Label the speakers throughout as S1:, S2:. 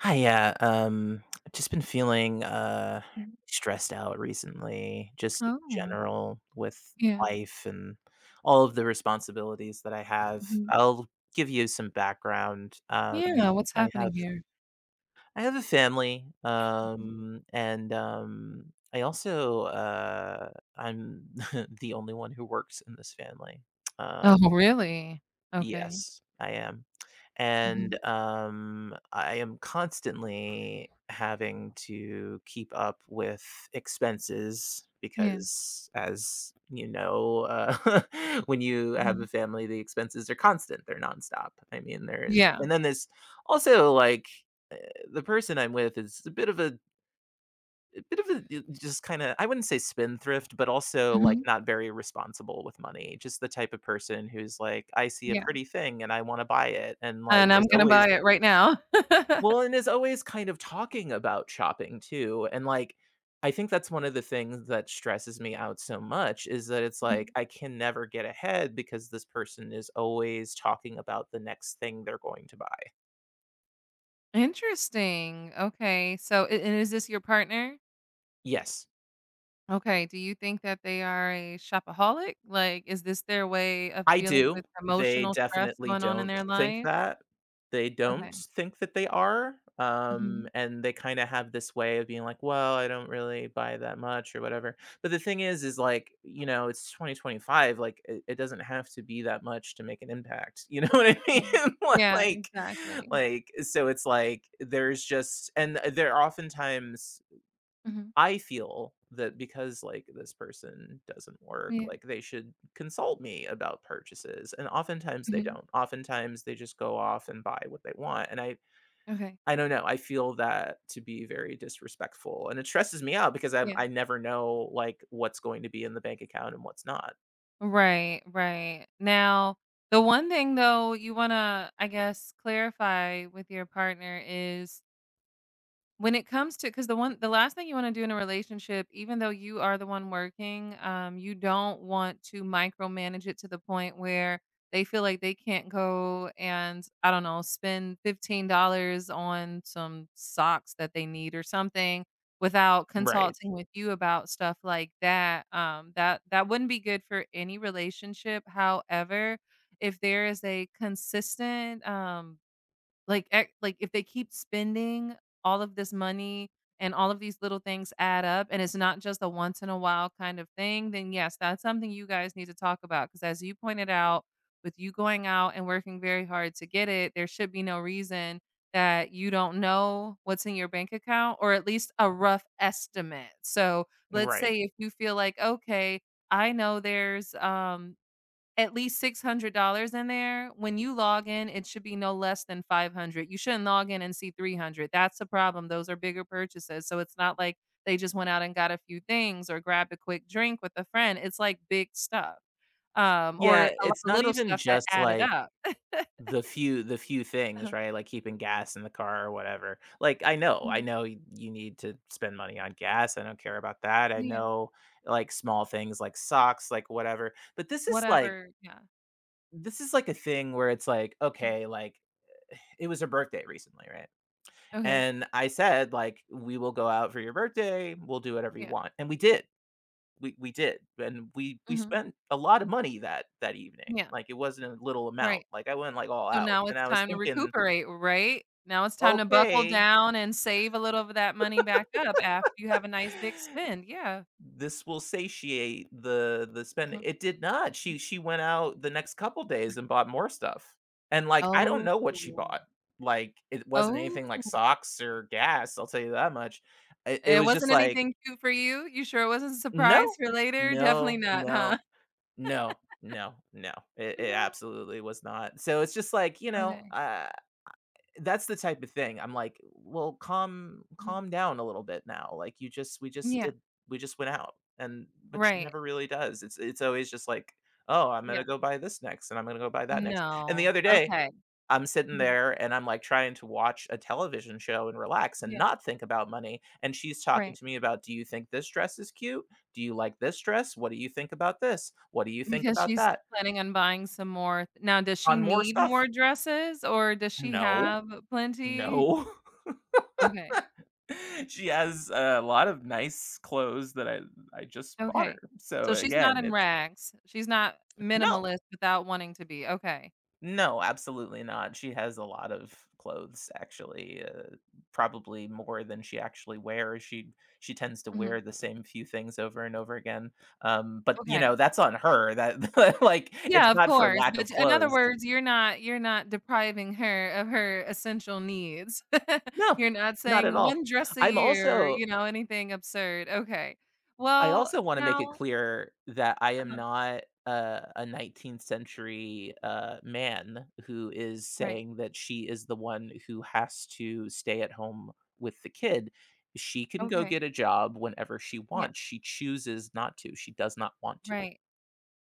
S1: Hi, yeah. I've just been feeling
S2: Mhm.
S1: stressed out recently, just in
S2: Oh,
S1: general with
S2: yeah.
S1: life and all of the responsibilities that I have.
S2: Mhm.
S1: I'll give you some background.
S2: Yeah, what's
S1: I
S2: happening
S1: have
S2: here?
S1: I have a family,
S2: Mhm.
S1: and I also I'm the only one who works in this family. um,
S2: Oh, really? Okay.
S1: Yes, I am.
S2: Mhm.
S1: And, I am constantly having to keep up with expenses
S2: Yeah.
S1: because as you know, when you have a
S2: Mhm.
S1: family, the expenses are constant, they're nonstop. I mean, there is
S2: Yeah.
S1: and then there's also, like, eh, the person I'm with is a bit of a a bit of a just kinda I wouldn't say spendthrift, but also, like,
S2: Mhm.
S1: not very responsible with money. Just the type of person who's like, "I see a
S2: Yeah.
S1: pretty thing and I wanna buy it," and, like,
S2: And I'm gonna buy it right now.
S1: and is always kind of talking about shopping too, and, like, I think that's one of the things that stresses me out so much is that it's like,
S2: Mhm.
S1: I can never get ahead because this person is always talking about the next thing they're going to buy.
S2: Interesting. Okay. So, I and is this your partner?
S1: Yes.
S2: Okay. Do you think that they are a shopaholic? Like, is this their way of
S1: I
S2: dealing
S1: do.
S2: with
S1: They
S2: emotional stress
S1: definitely
S2: going on in
S1: don't
S2: their
S1: think
S2: life?
S1: that. They don't
S2: Okay.
S1: think that they are.
S2: Mhm.
S1: And they kind of have this way of being like, well, I don't really buy that much or whatever. But the thing is like, you know, it's 2025. Like, it doesn't have to be that much to make an impact. You know what I
S2: Yeah.
S1: mean?
S2: Yeah,
S1: like,
S2: exactly.
S1: so it's like and they're oftentimes
S2: Mhm.
S1: I feel that because like this person doesn't work,
S2: Yeah.
S1: like they should consult me about purchases. And oftentimes they
S2: Mhm.
S1: don't. Oftentimes they just go off and buy what they want. And I
S2: Okay.
S1: I don't know. I feel that to be very disrespectful. And it stresses me out because
S2: Yeah.
S1: I never know like what's going to be in the bank account and what's not.
S2: Right, right. Now, the one thing though you wanna, I guess, clarify with your partner is when it comes to, because the last thing you wanna do in a relationship, even though you are the one working, you don't want to micromanage it to the point where they feel like they can't go and, I don't know, spend $15 on some socks that they need or something without
S1: Right.
S2: consulting with you about stuff like that. That wouldn't be good for any relationship. However, if there is a consistent, like, ec like, if they keep spending all of this money and all of these little things add up and it's not just a once in a while kind of thing, then yes, that's something you guys need to talk about. Because as you pointed out, with you going out and working very hard to get it, there should be no reason that you don't know what's in your bank account or at least a rough estimate. So, let's say
S1: Right.
S2: if you feel like, "Okay, I know there's, at least $600 in there. When you log in, it should be no less than 500. You shouldn't log in and see 300. That's the problem. Those are bigger purchases. So it's not like they just went out and got a few things or grabbed a quick drink with a friend. It's like big stuff,
S1: Yeah,
S2: or a lot
S1: it's
S2: of
S1: not
S2: little
S1: even
S2: stuff that
S1: just
S2: added
S1: like
S2: up."
S1: the few things,
S2: Uh-huh.
S1: right? Like keeping gas in the car or whatever. Like I
S2: Mhm.
S1: know you need to spend money on gas. I don't care about that. I
S2: Yeah.
S1: know like small things like socks, like whatever. But this is like
S2: Whatever. Yeah.
S1: this is like a thing where it's like,
S2: Mhm.
S1: okay, like it was her birthday recently, right?
S2: Okay.
S1: And I said like we will go out for your birthday. We'll do whatever you
S2: Yeah.
S1: want. And we did. We did. And we
S2: Mhm.
S1: spent a lot of money that evening.
S2: Yeah.
S1: Like it wasn't a little amount.
S2: Right.
S1: Like I went like all
S2: So
S1: out.
S2: now
S1: And
S2: it's
S1: I was
S2: time to
S1: thinking
S2: recuperate, right? Now it's time to buckle
S1: okay,
S2: down and save a little of that money back up after you have a nice big spend, yeah.
S1: this will satiate the spending.
S2: uh
S1: It did not. She went out the next couple days and bought more stuff. And like, I don't
S2: Oh.
S1: know what she bought. Like, it wasn't
S2: Oh,
S1: anything like socks or gas, I'll tell you that much. It
S2: it
S1: was just
S2: wasn't
S1: like,
S2: anything cute for you? You sure it wasn't a surprise
S1: no
S2: for later? Definitely
S1: no
S2: not,
S1: no
S2: huh?
S1: no. It
S2: No?
S1: absolutely was not. So it's just like, you know,
S2: Okay.
S1: that's the type of thing. I'm like, well,
S2: Mhm.
S1: calm down a little bit now. Like you just we just
S2: Yeah,
S1: did we just went out. And but she
S2: right.
S1: never really does. It's always just like, oh, I'm
S2: Yeah.
S1: gonna go buy this next, and I'm gonna go buy that next. And the
S2: No.
S1: other day
S2: Okay.
S1: I'm sitting
S2: Mhm.
S1: there and I'm like trying to watch a television show and relax and
S2: Yeah,
S1: not think about money, and she's talking
S2: right.
S1: to me about, do you think this dress is cute, do you like this dress, what do you think about this, what do you think
S2: Because
S1: about
S2: she's
S1: that,
S2: planning on buying some more, now does she
S1: on more
S2: need
S1: stuff.
S2: more dresses or does she
S1: No.
S2: have plenty?
S1: No.
S2: Okay,
S1: She has a lot of nice clothes that I just bought her.
S2: okay.
S1: So
S2: So she's not
S1: again,
S2: in
S1: it's
S2: rags. She's not
S1: no,
S2: minimalist without wanting to be. Okay.
S1: no, absolutely not. She has a lot of clothes actually, probably more than she actually wears. She tends to
S2: Mhm.
S1: wear the same few things over and over again. But you
S2: Okay.
S1: know that's on her. That like it's
S2: Yeah, of
S1: not for
S2: course,
S1: lack of
S2: but in other
S1: clothes.
S2: words, you're not depriving her of her essential needs.
S1: No,
S2: You're not
S1: not at
S2: saying
S1: all.
S2: one dress a
S1: I'm
S2: year, you
S1: also
S2: know, anything absurd. Okay.
S1: I
S2: Well,
S1: also wanna make it
S2: now
S1: clear that I am
S2: uh
S1: not a 19th century, man who is
S2: right.
S1: saying that she is the one who has to stay at home with the kid. She can go
S2: Okay.
S1: get a job whenever she
S2: Yeah,
S1: wants. She chooses not to. She does not want to.
S2: right.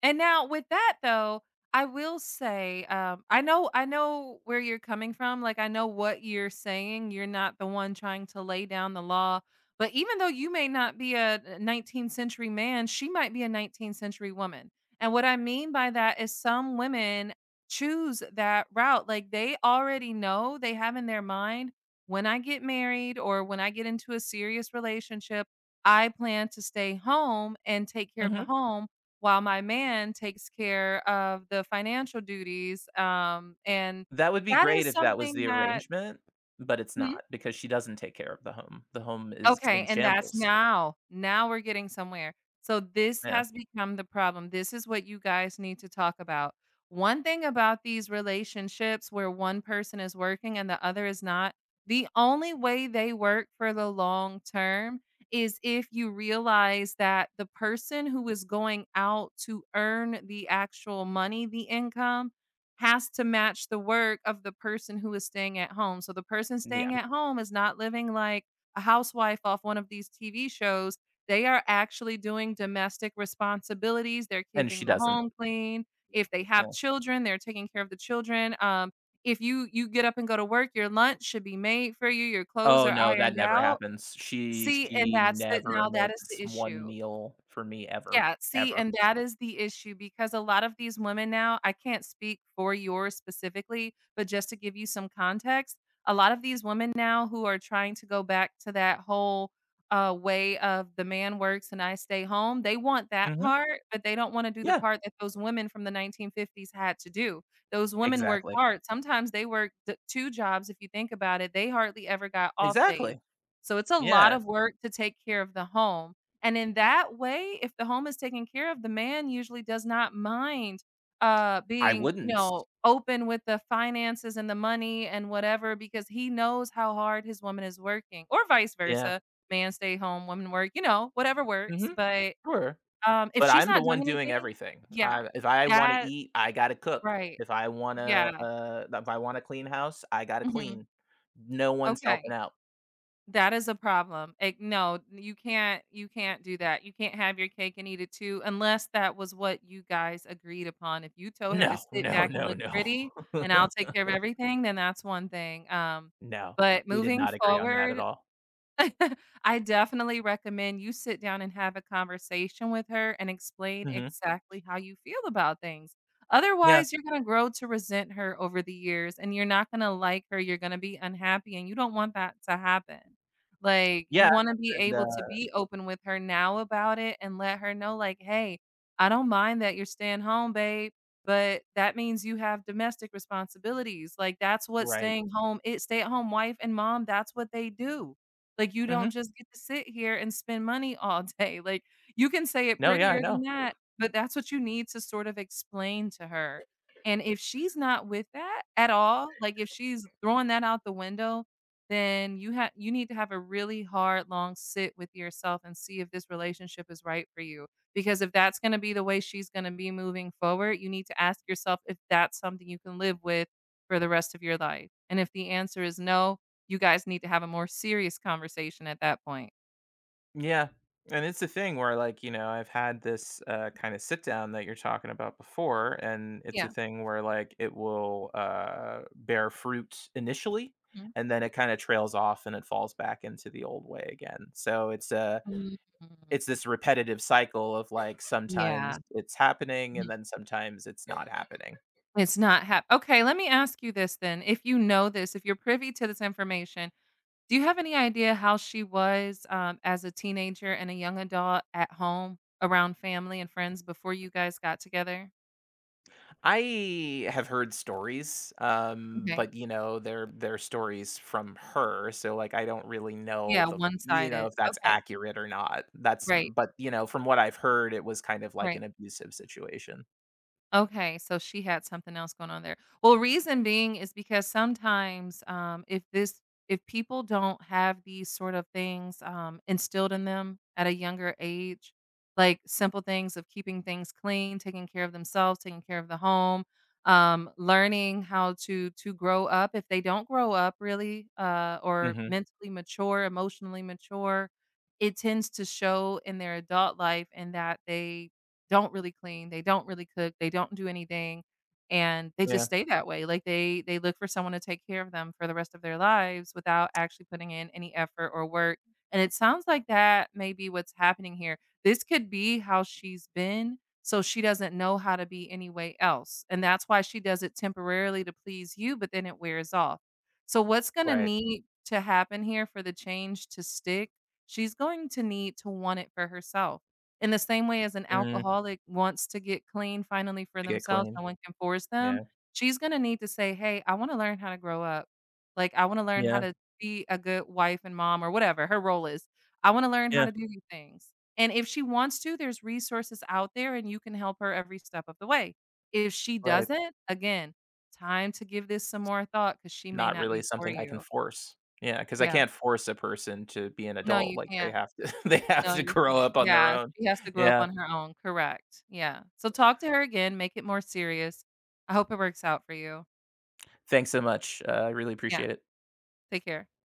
S2: And now with that though, I will say, I know where you're coming from, like, I know what you're saying, you're not the one trying to lay down the law, but even though you may not be a 19th century man, she might be a 19th century woman, and what I mean by that is some women choose that route, like, they already know, they have in their mind, "When I get married or when I get into a serious relationship, I plan to stay home and take care of the
S1: Mhm.
S2: home while my man takes care of the financial duties, and
S1: That would be
S2: that
S1: great
S2: is
S1: if that was
S2: something
S1: the
S2: that."
S1: arrangement, but it's not, because she doesn't take care of the home. The home is
S2: Okay,
S1: in
S2: and that's
S1: shambles.
S2: now we're getting somewhere. So this
S1: Yeah.
S2: has become the problem. This is what you guys need to talk about. One thing about these relationships where one person is working and the other is not, the only way they work for the long term is if you realize that the person who is going out to earn the actual money, the income, has to match the work of the person who is staying at home. So the person
S1: Yeah.
S2: staying at home is not living like a housewife off one of these TV shows, they are actually doing domestic responsibilities. They're
S1: And
S2: keeping
S1: she
S2: the
S1: doesn't.
S2: home clean. If they have
S1: Yeah.
S2: children, they're taking care of the children. If you get up and go to work, your lunch should be made for you. Your clothes
S1: Oh,
S2: are
S1: no, that
S2: ironed
S1: never
S2: out.
S1: happens. She
S2: See, and
S1: she
S2: that's it.
S1: never
S2: Now that is the
S1: makes one
S2: issue.
S1: meal for me ever,
S2: Yeah, see,
S1: ever.
S2: and that is the issue because a lot of these women now, I can't speak for yours specifically, but just to give you some context, a lot of these women now who are trying to go back to that whole, way of the man works and I stay home, they want that
S1: Mhm.
S2: part, but they don't wanna do the
S1: Yeah,
S2: part that those women from the 1950s had to do. Those women worked
S1: exactly.
S2: hard. Sometimes they worked d two jobs. If you think about it, they hardly ever got off days.
S1: Exactly.
S2: So it's a lot
S1: Yeah,
S2: of work to take care of the home. And in that way, if the home is taken care of, the man usually does not mind,
S1: I
S2: being, you
S1: wouldn't.
S2: know, open with the finances and the money and whatever, because he knows how hard his woman is working, or vice
S1: Yeah.
S2: versa. Man stay home, women work, you know, whatever works.
S1: Mhm.
S2: But,
S1: Sure.
S2: if
S1: But
S2: she's
S1: I'm the
S2: not doing
S1: one doing
S2: anything,
S1: everything.
S2: yeah.
S1: I If I wanna
S2: That
S1: eat, I gotta cook.
S2: Right. Yeah.
S1: If I wanna clean house, I gotta
S2: Mhm.
S1: clean. No one's helping
S2: Okay.
S1: out.
S2: That is a problem. Like, no, you can't do that. You can't have your cake and eat it too unless that was what you guys agreed upon. If you told her to
S1: No,
S2: sit
S1: no,
S2: back and
S1: no,
S2: look
S1: no.
S2: pretty and I'll take care of everything, then that's one thing.
S1: No,
S2: But
S1: we did
S2: moving
S1: not agree on that at
S2: forward,
S1: all.
S2: I definitely recommend you sit down and have a conversation with her and explain
S1: Mhm.
S2: exactly how you feel about things.
S1: Yeah.
S2: Otherwise, you're going to grow to resent her over the years and you're not going to like her. You're going to be unhappy and you don't want that to happen. Like, you
S1: Yeah,
S2: want to be
S1: and,
S2: able to
S1: uh
S2: be open with her now about it and let her know, like, hey, I don't mind that you're staying home, babe, but that means you have domestic responsibilities. Like, that's what
S1: Right.
S2: staying home, it stay at home wife and mom, that's what they do, like, you don't
S1: Mhm.
S2: just get to sit here and spend money all day, like, you can say it
S1: No, yeah, I
S2: prettier than
S1: know.
S2: that, but that's what you need to sort of explain to her, and if she's not with that at all, like, if she's throwing that out the window, then you need to have a really hard, long sit with yourself and see if this relationship is right for you, because if that's gonna be the way she's gonna be moving forward, you need to ask yourself if that's something you can live with for the rest of your life, and if the answer is no, you guys need to have a more serious conversation at that point.
S1: Yeah. And it's a thing where like, you know, I've had this kind of sit down that you're talking about before, and it's a
S2: Yeah.
S1: thing where like it will bear fruit initially
S2: Mhm.
S1: and then it kind of trails off and it falls back into the old way again. So
S2: Mm.
S1: it's this repetitive cycle of like
S2: Yeah.
S1: sometimes it's happening
S2: Mhm.
S1: and then sometimes it's not happening.
S2: It's not hap okay, let me ask you this then. If you know this, if you're privy to this information, do you have any idea how she was, as a teenager and a young adult at home around family and friends before you guys got together?
S1: I have heard stories,
S2: Okay.
S1: but you know, they're stories from her, so like I don't really
S2: Yeah,
S1: know the, you know,
S2: one-sided.
S1: if that's
S2: Okay.
S1: accurate or not. That's
S2: Right,
S1: but you know, from what I've heard, it was kind of like
S2: right.
S1: an abusive situation.
S2: Okay, so she had something else going on there. Well, reason being is because sometimes if people don't have these sort of things instilled in them at a younger age, like simple things of keeping things clean, taking care of themselves, taking care of the home, learning how to grow up. If they don't grow up really, or
S1: Hmm.
S2: mentally mature, emotionally mature, it tends to show in their adult life, and that they don't really clean, they don't really cook, they don't do anything, and they just
S1: Yeah,
S2: stay that way. Like they look for someone to take care of them for the rest of their lives without actually putting in any effort or work. And it sounds like that may be what's happening here. This could be how she's been, so she doesn't know how to be any way else. And that's why she does it temporarily to please you, but then it wears off. So what's going to
S1: right.
S2: need to happen here for the change to stick? She's going to need to want it for herself, in the same way as an
S1: Mm,
S2: alcoholic wants to get clean finally for
S1: to get
S2: themselves,
S1: clean.
S2: no one can force them,
S1: Yeah,
S2: she's gonna need to say, "Hey, I wanna learn how to grow up. Like, I wanna learn how
S1: yeah,
S2: to be a good wife and mom," or whatever her role is. "I wanna learn how
S1: yeah.
S2: to do these things." And if she wants to, there's resources out there and you can help her every step of the way. If she
S1: Right.
S2: doesn't, again, time to give this some more thought because she may
S1: Not
S2: not
S1: really
S2: be for
S1: something I can
S2: you.
S1: force. Yeah, because I
S2: Yeah.
S1: can't force a person to be an
S2: No,
S1: adult.
S2: you
S1: Like they
S2: can't.
S1: have to, they have
S2: No,
S1: to
S2: you
S1: grow
S2: can't.
S1: up on their
S2: Yeah,
S1: own.
S2: she has to grow up
S1: Yeah.
S2: on her own, correct. Yeah. So talk to her again, make it more serious. I hope it works out for you.
S1: Thanks so much. I really
S2: Yeah,
S1: appreciate it.
S2: take care.